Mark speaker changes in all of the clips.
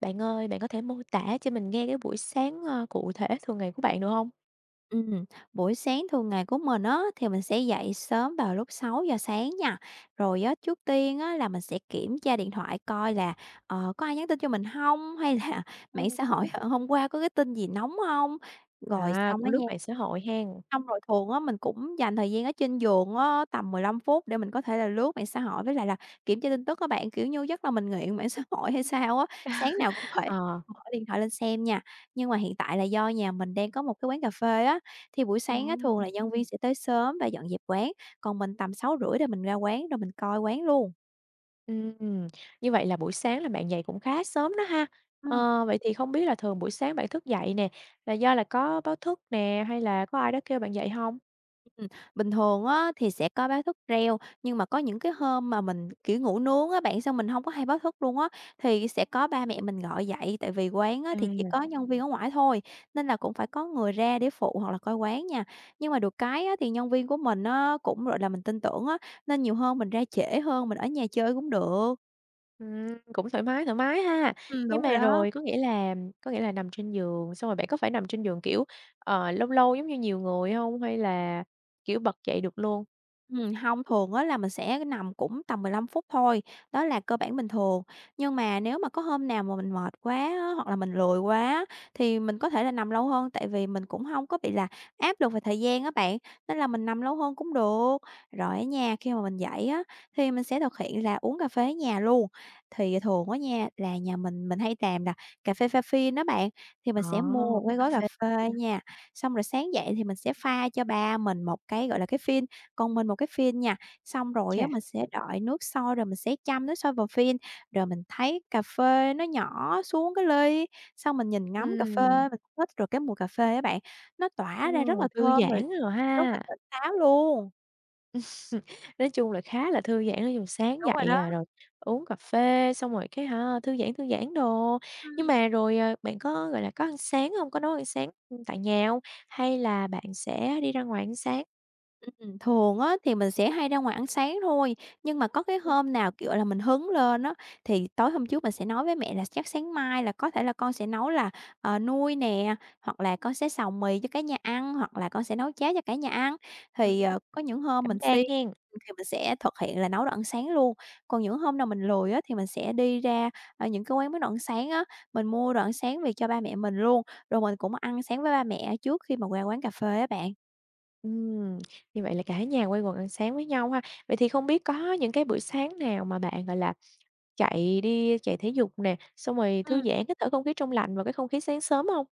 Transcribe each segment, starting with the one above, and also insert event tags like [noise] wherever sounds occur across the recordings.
Speaker 1: Bạn ơi, bạn có thể mô tả cho mình nghe cái buổi sáng, cụ thể thường ngày của bạn được không?
Speaker 2: Ừm, buổi sáng thường ngày của mình á thì mình sẽ dậy sớm vào lúc 6 giờ sáng nha. Rồi á, trước tiên á là mình sẽ kiểm tra điện thoại coi là, có ai nhắn tin cho mình không hay là [laughs] mạng
Speaker 1: Ừm.
Speaker 2: xã hội hôm qua có cái tin gì nóng không? Rồi
Speaker 1: À,
Speaker 2: xong
Speaker 1: cũng
Speaker 2: á
Speaker 1: lướt
Speaker 2: nha
Speaker 1: mạng xã hội hen.
Speaker 2: Xong rồi thường á mình cũng dành thời gian ở trên giường á tầm 15 phút để mình có thể là lướt mạng xã hội với lại là kiểm tra tin tức các bạn, kiểu như, chắc là mình nghiện mạng [laughs] xã hội hay sao á, sáng nào cũng phải
Speaker 1: Ờ.
Speaker 2: mở điện thoại lên xem nha. Nhưng mà hiện tại là do nhà mình đang có một cái quán cà phê á, thì buổi
Speaker 1: Ờ.
Speaker 2: sáng á, thường là nhân viên sẽ tới sớm và dọn dẹp quán, còn mình tầm 6h30 rồi mình ra quán rồi mình coi quán luôn.
Speaker 1: Ừm, như vậy là buổi sáng là bạn dậy cũng khá sớm đó ha.
Speaker 2: Ừm.
Speaker 1: Ờ, vậy thì không biết là thường buổi sáng bạn thức dậy nè, là do là có báo thức nè, hay là có ai đó kêu bạn dậy không?
Speaker 2: Ừm, bình thường á, thì sẽ có báo thức reo, nhưng mà có những cái hôm mà mình, kiểu, ngủ nướng á bạn, xong mình không có hay báo thức luôn á, thì sẽ có ba mẹ mình gọi dậy, tại vì quán á, thì chỉ
Speaker 1: À,
Speaker 2: có nhân viên ở ngoài thôi, nên là cũng phải có người ra để phụ hoặc là coi quán nha. Nhưng mà được cái á, thì nhân viên của mình á, cũng, gọi là, mình tin tưởng á, nên nhiều hôm mình ra trễ hơn, mình ở nhà chơi cũng được.
Speaker 1: ừm, cũng thoải mái ha. Nhưng
Speaker 2: Đúng rồi
Speaker 1: mà
Speaker 2: đó.
Speaker 1: rồi có nghĩa là nằm trên giường, xong rồi bạn có phải nằm trên giường, kiểu, lâu lâu giống như nhiều người không hay là, kiểu, bật dậy được luôn?
Speaker 2: Hông, thường á là mình sẽ nằm cũng tầm 15 phút thôi, đó là cơ bản bình thường. Nhưng mà nếu mà có hôm nào mà mình mệt quá á, hoặc là mình lười quá thì mình có thể là nằm lâu hơn, tại vì mình cũng không có bị là áp lực về thời gian á bạn, nên là mình nằm lâu hơn cũng được. Rồi á nha, khi mà mình dậy á, thì mình sẽ thực hiện là uống cà phê ở nhà luôn. Thì thường á nha, là nhà mình hay làm là cà phê pha phin á bạn, thì mình
Speaker 1: Ờ,
Speaker 2: sẽ mua một
Speaker 1: uống
Speaker 2: cái
Speaker 1: cà
Speaker 2: gói cà
Speaker 1: phê,
Speaker 2: phê nha, xong rồi sáng dậy thì mình sẽ pha cho ba mình một cái, gọi là, cái phin. Còn mình một cái phin nha, xong rồi á
Speaker 1: chà,
Speaker 2: mình sẽ đợi nước sôi rồi mình sẽ chăm nước sôi vào phin, rồi mình thấy cà phê nó nhỏ xuống cái ly, xong mình nhìn ngắm cà
Speaker 1: ừm,
Speaker 2: phê, mình thích rồi cái mùi cà phê á bạn, nó
Speaker 1: ừ,
Speaker 2: tỏa ra rất là
Speaker 1: thư
Speaker 2: thơm rồi
Speaker 1: giãn rồi
Speaker 2: rất là
Speaker 1: ha.
Speaker 2: tỉnh táo luôn.
Speaker 1: [laughs] Nói chung là khá là thư giãn, nói chung sáng
Speaker 2: Đúng rồi
Speaker 1: dậy,
Speaker 2: đó.
Speaker 1: à, rồi uống cà phê xong rồi cái hả, thư giãn đồ. Nhưng
Speaker 2: Ừm.
Speaker 1: mà rồi, bạn có, gọi là, có ăn sáng không? Có nấu ăn sáng, ừ, tại nhà hông? Hay là bạn sẽ đi ra ngoài ăn sáng?
Speaker 2: Thường á thì mình sẽ hay ra ngoài ăn sáng thôi, nhưng mà có cái
Speaker 1: Ừm,
Speaker 2: hôm nào, kiểu là, mình hứng lên á, thì tối hôm trước mình sẽ nói với mẹ là chắc sáng mai là có thể là con sẽ nấu là, nuôi nè, hoặc là con sẽ xào mì cho cả nhà ăn, hoặc là con sẽ nấu cháo cho cả nhà ăn.
Speaker 1: ừm,
Speaker 2: Thì, có những hôm
Speaker 1: đảm
Speaker 2: mình
Speaker 1: đang
Speaker 2: siêng
Speaker 1: hen.
Speaker 2: thì mình sẽ thực hiện là nấu đồ ăn sáng luôn, còn những hôm nào mình lười á thì mình sẽ đi ra, những cái quán bán đồ ăn sáng á, mình mua đồ ăn sáng về cho ba mẹ mình luôn, rồi mình cũng ăn sáng với ba mẹ trước khi mà qua quán cà phê á bạn.
Speaker 1: Ừm, như vậy là cả nhà quây quần ăn sáng với nhau ha. Vậy thì không biết có những cái bữa sáng nào mà bạn, gọi là, chạy đi chạy thể dục nè, xong rồi thư
Speaker 2: Ừm.
Speaker 1: giãn, hít thở không khí trong lành và cái không khí sáng sớm hông?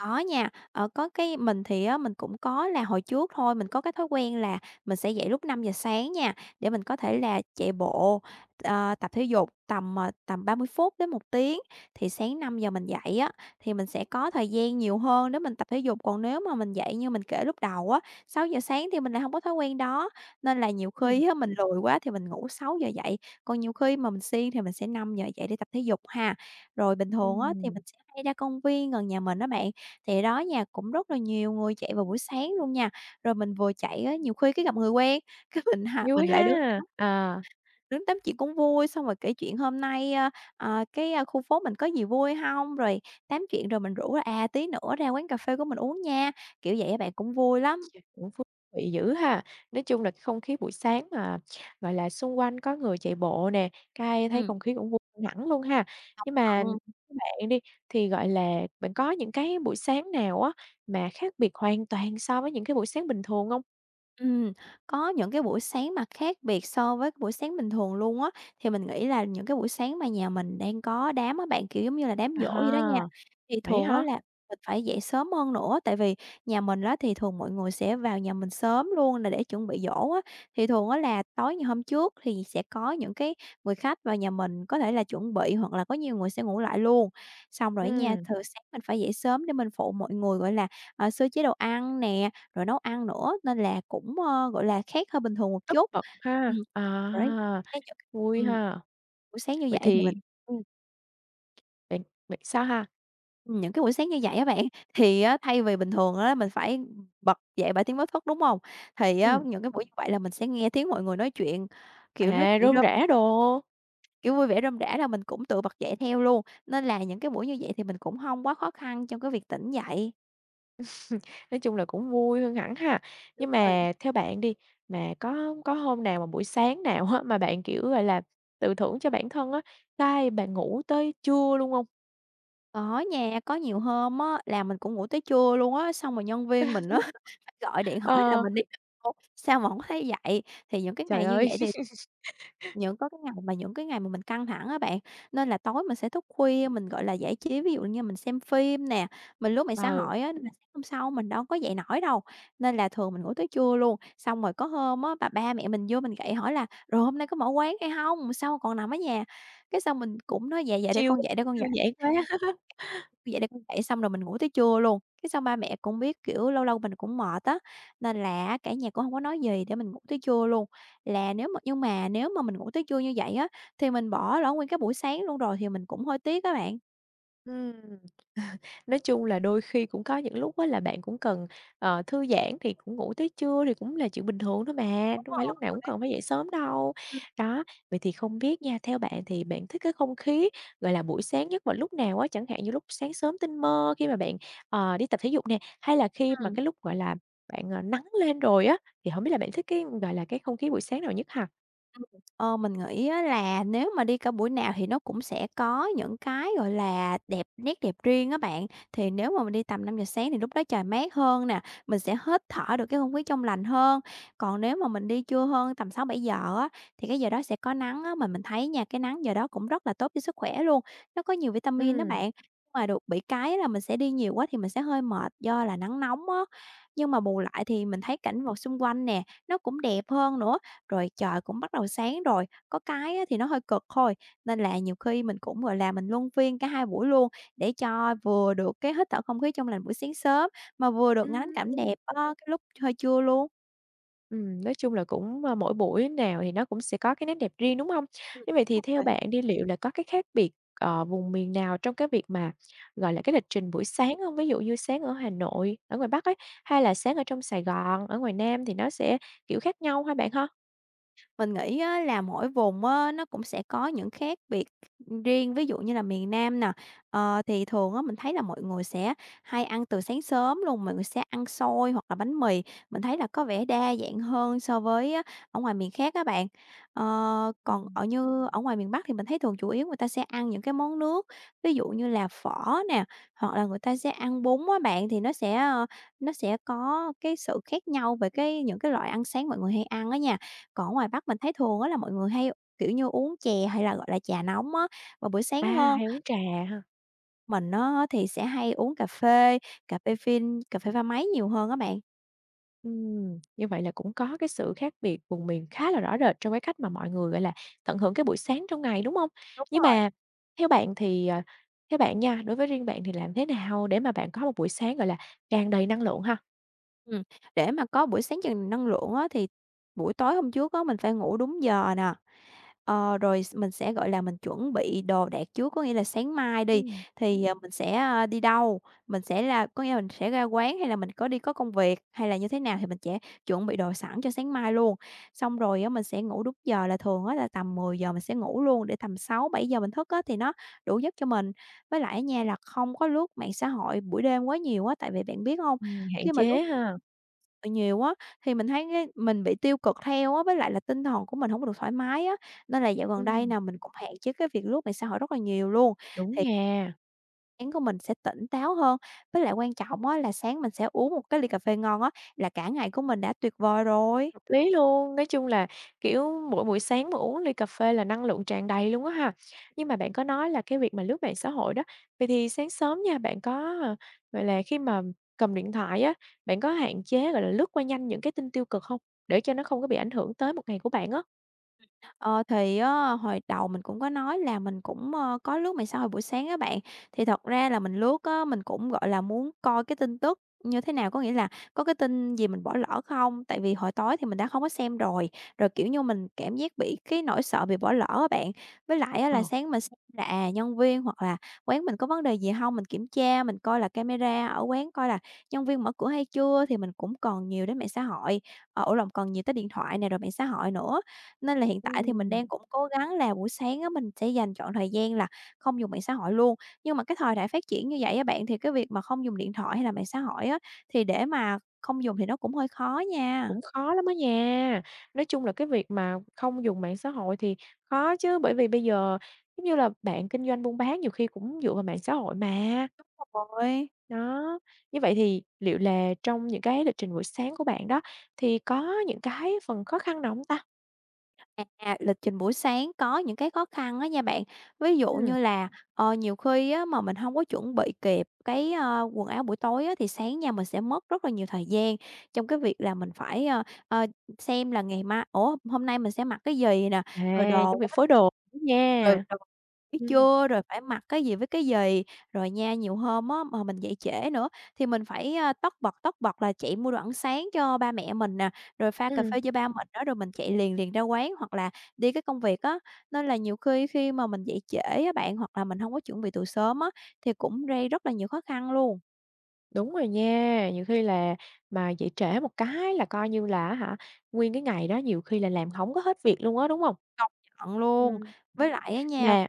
Speaker 2: Có nha, có cái mình thì á, mình cũng có là hồi trước thôi, mình có cái thói quen là mình sẽ dậy lúc 5 giờ sáng nha, để mình có thể là chạy bộ, tập thể dục tầm 30 phút đến 1 tiếng. Thì sáng 5 giờ mình dậy á, thì mình sẽ có thời gian nhiều hơn để mình tập thể dục, còn nếu mà mình dậy như mình kể lúc đầu á, 6 giờ sáng thì mình lại không có thói quen đó, nên là nhiều
Speaker 1: Ừm.
Speaker 2: khi á, mình lười quá thì mình ngủ 6 giờ dậy, còn nhiều khi mà mình siêng thì mình sẽ 5 giờ dậy để tập thể dục ha. Rồi bình thường á, thì
Speaker 1: Ừm.
Speaker 2: mình sẽ hay ra công viên gần nhà mình đó bạn, thì đó nha, cũng rất là nhiều người chạy vào buổi sáng luôn nha. Rồi mình vừa chạy á, nhiều khi cái gặp người quen, [laughs] cái mình ha mình
Speaker 1: Vui
Speaker 2: lại
Speaker 1: ha! À,
Speaker 2: đứng tám chuyện cũng vui, xong rồi kể chuyện hôm nay, a, à, cái, a, khu phố mình có gì vui hông, rồi tám chuyện rồi mình rủ là, tí nữa ra quán cà phê của mình uống nha, kiểu vậy á bạn, cũng vui lắm.
Speaker 1: ch cũng thú vị dữ ha. Nói chung là cái không khí buổi sáng mà, gọi là, xung quanh có người chạy bộ nè, cái thấy
Speaker 2: Ừm.
Speaker 1: không khí cũng vui hơn hẳn luôn ha. Nhưng mà
Speaker 2: Ừ.
Speaker 1: với bạn đi, thì, gọi là, bạn có những cái buổi sáng nào á mà khác biệt hoàn toàn so với những cái buổi sáng bình thường hông?
Speaker 2: Ừm, có những cái buổi sáng mà khác biệt so với cái buổi sáng bình thường luôn á, thì mình nghĩ là những cái buổi sáng mà nhà mình đang có đám á bạn, kiểu, giống như là đám giỗ vậy đó nha,
Speaker 1: À,
Speaker 2: thì
Speaker 1: vậy
Speaker 2: thường á
Speaker 1: hả?
Speaker 2: là mình phải dậy sớm hơn nữa, tại vì nhà mình á thì thường mọi người sẽ vào nhà mình sớm luôn là để chuẩn bị giỗ á. Thì thường á là tối ngày hôm trước thì sẽ có những cái người khách vào nhà mình, có thể là chuẩn bị hoặc là có nhiều người sẽ ngủ lại luôn. Xong rồi nha,
Speaker 1: Ừm,
Speaker 2: thường sáng mình phải dậy sớm để mình phụ mọi người, gọi là, sơ chế đồ ăn nè, rồi nấu ăn nữa, nên là cũng, gọi là, khác hơn bình thường một
Speaker 1: tất
Speaker 2: chút.
Speaker 1: bật ha.
Speaker 2: Ừm, rồi
Speaker 1: À,
Speaker 2: cái những
Speaker 1: vui
Speaker 2: ừm,
Speaker 1: ha.
Speaker 2: buổi sáng như
Speaker 1: Vậy
Speaker 2: vậy thì
Speaker 1: thì
Speaker 2: mình
Speaker 1: ừm, bạn bạn sao ha?
Speaker 2: Những cái buổi sáng như vậy á bạn, thì á thay vì bình thường á mình phải bật dậy bởi tiếng báo thức, đúng không? Thì á
Speaker 1: Ừm,
Speaker 2: những cái buổi như vậy là mình sẽ nghe tiếng mọi người nói chuyện, kiểu, nói
Speaker 1: à,
Speaker 2: chuyện
Speaker 1: rôm
Speaker 2: rôm
Speaker 1: rả đồ,
Speaker 2: kiểu, vui vẻ rôm rả là mình cũng tự bật dậy theo luôn, nên là những cái buổi như vậy thì mình cũng không quá khó khăn trong cái việc tỉnh dậy.
Speaker 1: nói chung là cũng vui hơn hẳn ha.
Speaker 2: Đúng
Speaker 1: Nhưng
Speaker 2: rồi.
Speaker 1: mà theo bạn đi, mà có hôm nào mà buổi sáng nào á, mà bạn, kiểu, gọi là, tự thưởng cho bản thân á, cái bạn ngủ tới trưa luôn không?
Speaker 2: Có nha, có nhiều hôm á là mình cũng ngủ tới trưa luôn á, xong rồi nhân viên mình á [laughs] phải gọi điện hỏi là
Speaker 1: Ờ,
Speaker 2: mình đi đâu, sao mà không thấy dậy. Thì những cái
Speaker 1: trời
Speaker 2: ngày như
Speaker 1: ơi,
Speaker 2: vậy thì
Speaker 1: [laughs]
Speaker 2: những có cái ngày mà Những cái ngày mà mình căng thẳng á bạn, nên là tối mình sẽ thức khuya, mình, gọi là, giải trí, ví dụ như mình xem phim nè, mình lướt mạng xã
Speaker 1: ừ,
Speaker 2: hội á, nên là sáng hôm sau mình đâu có dậy nổi đâu. Nên là thường mình ngủ tới trưa luôn, xong rồi có hôm á, ba mẹ mình vô mình gậy hỏi là "Rồi hôm nay có mở quán hay không? Sao còn nằm ở nhà?" Cái xong mình cũng nói: "Dạ, dạ, để
Speaker 1: chill
Speaker 2: con dậy, để
Speaker 1: quá,
Speaker 2: con
Speaker 1: thư
Speaker 2: dậy."
Speaker 1: giãn quá. [laughs]
Speaker 2: Vậy là con dậy xong rồi mình ngủ tới trưa luôn, cái xong ba mẹ cũng biết, kiểu, lâu lâu mình cũng mệt á, nên là á cả nhà cũng hông có nói gì để mình ngủ tới trưa luôn. Là nếu mà nhưng mà Nếu mà mình ngủ tới trưa như vậy á, thì mình bỏ lỡ nguyên cái buổi sáng luôn rồi thì mình cũng hơi tiếc á bạn.
Speaker 1: Ừm. Nói chung là đôi khi cũng có những lúc á là bạn cũng cần, thư giãn thì cũng ngủ tới trưa thì cũng là chuyện bình thường thôi mà,
Speaker 2: Đúng
Speaker 1: đâu
Speaker 2: rồi,
Speaker 1: phải lúc nào cũng
Speaker 2: đấy.
Speaker 1: cần phải dậy sớm đâu. Đó, vậy thì không biết nha, theo bạn thì bạn thích cái không khí, gọi là, buổi sáng nhất vào lúc nào á? Chẳng hạn như lúc sáng sớm tinh mơ khi mà bạn, đi tập thể dục nè, hay là khi mà
Speaker 2: Ừm.
Speaker 1: cái lúc, gọi là, bạn, nắng lên rồi á, thì không biết là bạn thích cái, gọi là, cái không khí buổi sáng nào nhất hả?
Speaker 2: Ừm, mình nghĩ á là nếu mà đi cả buổi nào thì nó cũng sẽ có những cái, gọi là, đẹp nét đẹp riêng á bạn. Thì nếu mà mình đi tầm 5 giờ sáng thì lúc đó trời mát hơn nè, mình sẽ hít thở được cái không khí trong lành hơn. Còn nếu mà mình đi trưa hơn tầm 6:00-7:00 á, thì cái giờ đó sẽ có nắng á, mà mình thấy nha, cái nắng giờ đó cũng rất là tốt cho sức khỏe luôn, nó có nhiều vitamin đó
Speaker 1: Ừm.
Speaker 2: bạn. Nhưng mà được bị cái là mình sẽ đi nhiều quá thì mình sẽ hơi mệt do là nắng nóng á. Nhưng mà bù lại thì mình thấy cảnh vật xung quanh nè, nó cũng đẹp hơn nữa. Rồi trời cũng bắt đầu sáng rồi, có cái á thì nó hơi cực thôi, nên là nhiều khi mình cũng, gọi là, mình luân phiên cả hai buổi luôn để cho vừa được cái hít thở không khí trong lành buổi sáng sớm, mà vừa được ngắm cảnh
Speaker 1: Đúng.
Speaker 2: đẹp á, cái lúc hơi trưa luôn.
Speaker 1: Nói chung là cũng, mỗi buổi nào thì nó cũng sẽ có cái nét đẹp riêng, đúng không?
Speaker 2: Ừm,
Speaker 1: Như vậy thì
Speaker 2: đúng
Speaker 1: theo
Speaker 2: rồi.
Speaker 1: bạn đi, liệu là có cái khác biệt, vùng miền nào trong cái việc mà, gọi là, cái lịch trình buổi sáng không? Ví dụ như sáng ở Hà Nội, ở ngoài Bắc ấy, hay là sáng ở trong Sài Gòn, ở ngoài Nam thì nó sẽ, kiểu, khác nhau ha bạn ha?
Speaker 2: Mình nghĩ á là mỗi vùng á, nó cũng sẽ có những khác biệt riêng, ví dụ như là miền Nam nè, thì thường á mình thấy là mọi người sẽ hay ăn từ sáng sớm luôn, mọi người sẽ ăn xôi hoặc là bánh mì, mình thấy là có vẻ đa dạng hơn so với á ở ngoài miền khác các bạn. Còn
Speaker 1: Ừm.
Speaker 2: ở như ở ngoài miền Bắc thì mình thấy thường chủ yếu người ta sẽ ăn những cái món nước, ví dụ như là phở nè, hoặc là người ta sẽ ăn bún á bạn, thì nó sẽ, nó sẽ có cái sự khác nhau về cái những cái loại ăn sáng mọi người hay ăn á nha. Còn ở ngoài Bắc mình thấy thường á là mọi người hay, kiểu như, uống chè hay là, gọi là, trà nóng á vào buổi sáng
Speaker 1: À,
Speaker 2: hơn,
Speaker 1: hay uống trà ha.
Speaker 2: mình á thì sẽ hay uống cà phê phin, cà phê pha máy nhiều hơn á bạn.
Speaker 1: Như vậy là cũng có cái sự khác biệt vùng miền khá là rõ rệt trong cái cách mà mọi người, gọi là, tận hưởng cái buổi sáng trong ngày, đúng không?
Speaker 2: Đúng
Speaker 1: Nhưng
Speaker 2: rồi.
Speaker 1: mà theo bạn thì, theo bạn nha, đối với riêng bạn thì làm thế nào để mà bạn có một buổi sáng, gọi là, tràn đầy năng lượng ha?
Speaker 2: Ừm, để mà có buổi sáng chừng năng lượng á thì buổi tối hôm trước á mình phải ngủ đúng giờ nè, rồi mình sẽ, gọi là, mình chuẩn bị đồ đạc trước, có nghĩa là sáng mai đi
Speaker 1: Ừm.
Speaker 2: thì, mình sẽ, đi đâu, mình sẽ là có nghĩa là mình sẽ ra quán hay là mình có đi có công việc hay là như thế nào thì mình sẽ chuẩn bị đồ sẵn cho sáng mai luôn. Xong rồi á, mình sẽ ngủ đúng giờ là thường á là tầm mười giờ mình sẽ ngủ luôn để tầm 600 giờ mình thức á thì nó đủ giấc cho mình. Với lại á nha là không có lướt mạng xã hội buổi đêm quá nhiều á, tại vì bạn biết không
Speaker 1: Hạn
Speaker 2: khi mà lướt
Speaker 1: chế ha.
Speaker 2: nhiều á, thì mình thấy cái mình bị tiêu cực theo á, với lại là tinh thần của mình không có được thoải mái á. Nên là dạo gần đây
Speaker 1: Ừm,
Speaker 2: nào mình cũng hạn chế cái việc lướt mạng xã hội rất là nhiều luôn,
Speaker 1: đúng
Speaker 2: thì
Speaker 1: nha.
Speaker 2: sáng của mình sẽ tỉnh táo hơn. Với lại quan trọng á là sáng mình sẽ uống một cái ly cà phê ngon á, là cả ngày của mình đã tuyệt vời rồi.
Speaker 1: Lý luôn, nói chung là, kiểu, mỗi buổi sáng mà uống ly cà phê là năng lượng tràn đầy luôn á ha. Nhưng mà bạn có nói là cái việc mà lướt mạng xã hội đó, vậy thì sáng sớm nha, bạn có, gọi là, khi mà cầm điện thoại á, bạn có hạn chế, gọi là, lướt qua nhanh những cái tin tiêu cực không? Để cho nó không có bị ảnh hưởng tới một ngày của bạn á.
Speaker 2: Ờ, thì á, hồi đầu mình cũng có nói là mình cũng, có lướt mạng xã hội buổi sáng á bạn. Thì thật ra là mình lướt á, mình cũng, gọi là, muốn coi cái tin tức như thế nào, có nghĩa là có cái tin gì mình bỏ lỡ không? Tại vì hồi tối thì mình đã không có xem rồi, rồi, kiểu như, mình cảm giác bị cái nỗi sợ bị bỏ lỡ á bạn. Với lại á là
Speaker 1: Ờ.
Speaker 2: sáng mình xem là, à, nhân viên hoặc là quán mình có vấn đề gì không mình kiểm tra, mình coi là camera ở quán coi là nhân viên mở cửa hay chưa, thì mình cũng còn nhiều đến mạng xã hội, ủa lòng còn nhiều tới điện thoại này rồi mạng xã hội nữa. Nên là hiện tại thì mình
Speaker 1: Ừm.
Speaker 2: đang cũng cố gắng là buổi sáng á, mình sẽ dành trọn thời gian là không dùng mạng xã hội luôn. Nhưng mà cái thời đại phát triển như vậy á bạn, thì cái việc mà không dùng điện thoại hay là mạng xã hội á, thì để mà không dùng thì nó cũng hơi khó nha.
Speaker 1: Cũng khó lắm á nha. Nói chung là cái việc mà không dùng mạng xã hội thì khó chứ, bởi vì bây giờ, giống như là, bạn kinh doanh buôn bán nhiều khi cũng dựa vào mạng xã hội mà.
Speaker 2: Đúng rồi.
Speaker 1: Đó, như vậy thì liệu là trong những cái lịch trình buổi sáng của bạn đó, thì có những cái phần khó khăn nào hông ta?
Speaker 2: À, lịch trình buổi sáng có những cái khó khăn á nha bạn. Ví dụ
Speaker 1: Ừm,
Speaker 2: như là, nhiều khi á mà mình không có chuẩn bị kịp cái, quần áo buổi tối á, thì sáng nha mình sẽ mất rất là nhiều thời gian trong cái việc là mình phải, xem là ngày mai ủa, hôm nay mình sẽ mặc cái gì nè,
Speaker 1: à,
Speaker 2: rồi đồ
Speaker 1: trong
Speaker 2: quá
Speaker 1: việc phối đồ nữa
Speaker 2: rồi
Speaker 1: nha.
Speaker 2: đồ buổi
Speaker 1: Ừm,
Speaker 2: trưa, rồi phải mặc cái gì với cái gì. Rồi nha, nhiều hôm á mà mình dậy trễ nữa thì mình phải, tất bật là chạy mua đồ ăn sáng cho ba mẹ mình nè, rồi pha cà
Speaker 1: ừm,
Speaker 2: phê cho ba mình đó, rồi mình chạy liền liền ra quán hoặc là đi cái công việc á. Nên là nhiều khi khi mà mình dậy trễ á bạn, hoặc là mình hông có chuẩn bị từ sớm á, thì cũng gây rất là nhiều khó khăn luôn.
Speaker 1: đúng rồi nha, nhiều khi là mà dậy trễ một cái là coi như là á hả, nguyên cái ngày đó nhiều khi là làm hổng có hết việc luôn á, đúng hông?
Speaker 2: Công nhận luôn.
Speaker 1: Ừm,
Speaker 2: Với lại á nha
Speaker 1: mà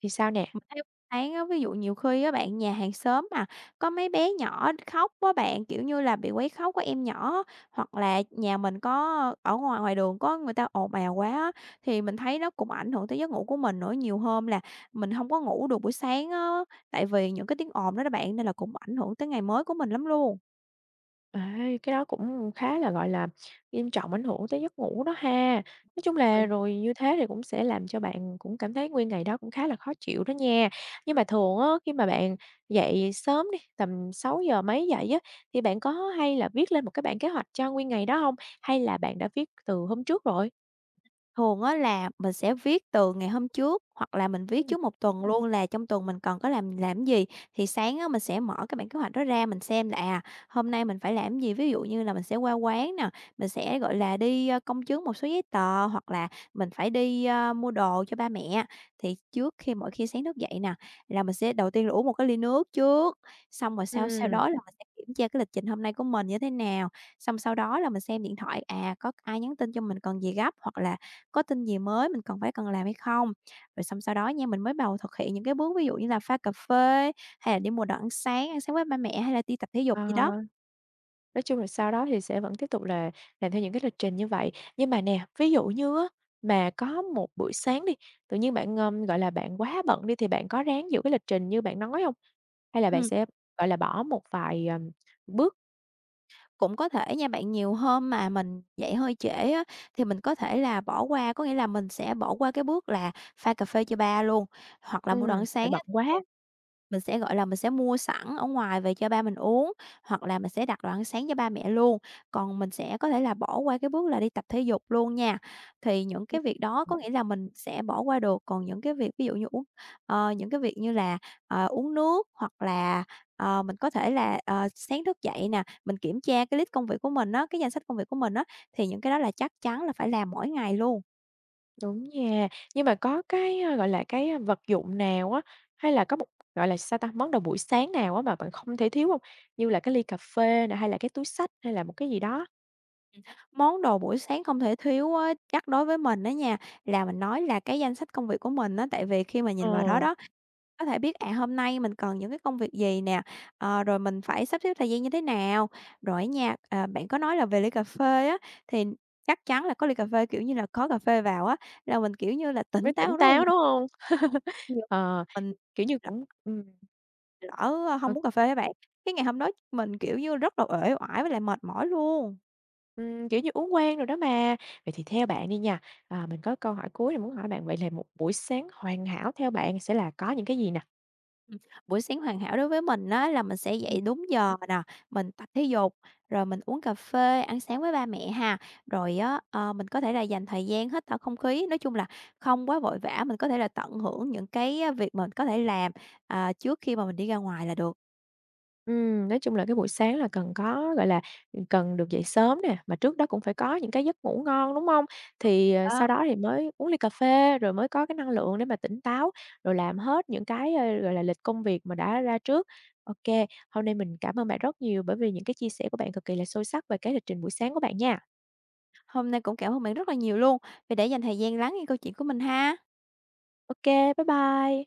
Speaker 1: thì sao nè?
Speaker 2: mình thấy tháng á, ví dụ nhiều khi á bạn, nhà hàng xóm mà, có mấy bé nhỏ khóc á bạn, kiểu như là, bị quấy khóc của em nhỏ á, hoặc là nhà mình có ở ngoài ngoài đường có người ta ồn ào quá á, thì mình thấy nó cũng ảnh hưởng tới giấc ngủ của mình nữa. Nhiều hôm là mình không có ngủ được buổi sáng á, tại vì những cái tiếng ồn đó đó bạn, nên là cũng ảnh hưởng tới ngày mới của mình lắm luôn.
Speaker 1: À, cái đó cũng khá là, gọi là, nghiêm trọng ảnh hưởng tới giấc ngủ đó ha. Nói chung
Speaker 2: Ôi.
Speaker 1: là rồi như thế thì cũng sẽ làm cho bạn cũng cảm thấy nguyên ngày đó cũng khá là khó chịu đó nha. Nhưng mà thường á, khi mà bạn dậy sớm đi, tầm 6 giờ mấy dậy á, thì bạn có hay là viết lên một cái bản kế hoạch cho nguyên ngày đó không? Hay là bạn đã viết từ hôm trước rồi?
Speaker 2: Thường á là mình sẽ viết từ ngày hôm trước, hoặc là mình viết
Speaker 1: Ừm.
Speaker 2: trước một tuần luôn là trong tuần mình còn có làm gì. Thì sáng á, mình sẽ mở cái bản kế hoạch đó ra, mình xem là, à, hôm nay mình phải làm gì, ví dụ như là mình sẽ qua quán nè, mình sẽ, gọi là, đi, công chứng một số giấy tờ, hoặc là mình phải đi, mua đồ cho ba mẹ. Thì trước khi mỗi khi sáng thức dậy nè, là mình sẽ đầu tiên là uống một cái ly nước trước, xong rồi sau sau
Speaker 1: Ừm,
Speaker 2: đó là mình sẽ kiểm tra cái lịch trình hôm nay của mình như thế nào, xong sau đó là mình xem điện thoại, à, có ai nhắn tin cho mình cần gì gấp, hoặc là có tin gì mới mình cần phải cần làm hay không. Rồi xong sau đó nha, mình mới bầu thực hiện những cái bước ví dụ như là pha cà phê, hay là đi mua đồ ăn sáng với ba mẹ hay là đi tập thể dục
Speaker 1: ờ.
Speaker 2: gì đó.
Speaker 1: Nói chung là sau đó thì sẽ vẫn tiếp tục là làm theo những cái lịch trình như vậy. Nhưng mà nè, ví dụ như á, mà có một buổi sáng đi, tự nhiên bạn, gọi là, bạn quá bận đi thì bạn có ráng giữ cái lịch trình như bạn nói không? Hay là bạn
Speaker 2: Ừm,
Speaker 1: sẽ, gọi là, bỏ một vài, bước?
Speaker 2: cũng có thể nha bạn, nhiều hôm mà mình dậy hơi trễ á, thì mình có thể là bỏ qua, có nghĩa là mình sẽ bỏ qua cái bước là pha cà phê cho ba luôn, hoặc là mua đồ ăn
Speaker 1: Tại
Speaker 2: sáng
Speaker 1: bận
Speaker 2: á.
Speaker 1: quá.
Speaker 2: Mình sẽ, gọi là, mình sẽ mua sẵn ở ngoài về cho ba mình uống, hoặc là mình sẽ đặt đồ ăn sáng cho ba mẹ luôn, còn mình sẽ có thể là bỏ qua cái bước là đi tập thể dục luôn nha. Thì những
Speaker 1: Ừm,
Speaker 2: cái việc đó có nghĩa là mình sẽ bỏ qua được, còn những cái việc ví dụ như những cái việc như là, uống nước hoặc là, mình có thể là, sáng thức dậy nè, mình kiểm tra cái list công việc của mình á, cái danh sách công việc của mình á, thì những cái đó là chắc chắn là phải làm mỗi ngày luôn.
Speaker 1: đúng nha. Nhưng mà có cái, a, gọi là, cái, a, vật dụng nào á, hay là có một, gọi là, sao ta, món đồ buổi sáng nào á mà bạn không thể thiếu không? Như là cái ly cà phê nè, hay là cái túi xách, hay là một cái gì đó?
Speaker 2: Món đồ buổi sáng không thể thiếu á, chắc đối với mình á nha, là mình nói là cái danh sách công việc của mình á, tại vì khi mà
Speaker 1: Ờ.
Speaker 2: nhìn vào đó đó, có thể biết, à, hôm nay mình cần những cái công việc gì nè, rồi mình phải sắp xếp thời gian như thế nào. Rồi á nha, à, bạn có nói là về ly cà phê á, thì chắc chắn là có ly cà phê, kiểu như là, có cà phê vào á, là mình, kiểu như là,
Speaker 1: Mới
Speaker 2: tỉnh
Speaker 1: tỉnh
Speaker 2: táo rất là
Speaker 1: táo, đúng
Speaker 2: nhiều,
Speaker 1: hông? [laughs] Ờ,
Speaker 2: mình
Speaker 1: kiểu như, cũng
Speaker 2: lỡ
Speaker 1: ờ,
Speaker 2: hông uống cà phê á bạn, cái ngày hôm đó mình, kiểu như, rất là uể oải với lại mệt mỏi luôn.
Speaker 1: kiểu như, uống quen rồi đó mà. Vậy thì theo bạn đi nha, à, mình có câu hỏi cuối này muốn hỏi bạn, vậy là một buổi sáng hoàn hảo theo bạn sẽ là có những cái gì nè?
Speaker 2: Ừm, buổi sáng hoàn hảo đối với mình á là mình sẽ dậy đúng giờ nè, mình tập thể dục, rồi mình uống cà phê, ăn sáng với ba mẹ ha. Rồi á, mình có thể là dành thời gian hít thở không khí, nói chung là không quá vội vã, mình có thể là tận hưởng những cái á việc mình có thể làm, à, trước khi mà mình đi ra ngoài là được.
Speaker 1: Nói chung là cái buổi sáng là cần có, gọi là, cần được dậy sớm nè, mà trước đó cũng phải có những cái giấc ngủ ngon, đúng hông? Thì, sau
Speaker 2: Đó,
Speaker 1: đó thì mới uống ly cà phê rồi mới có cái năng lượng để mà tỉnh táo, rồi làm hết những cái, gọi là, lịch công việc mà đã ra trước. Ô kê, hôm nay mình cảm ơn bạn rất nhiều bởi vì những cái chia sẻ của bạn cực kỳ là sâu sắc về cái lịch trình buổi sáng của bạn nha.
Speaker 2: hôm nay cũng cảm ơn bạn rất là nhiều luôn vì đã dành thời gian lắng nghe câu chuyện của mình ha.
Speaker 1: Ô kê, bye bye.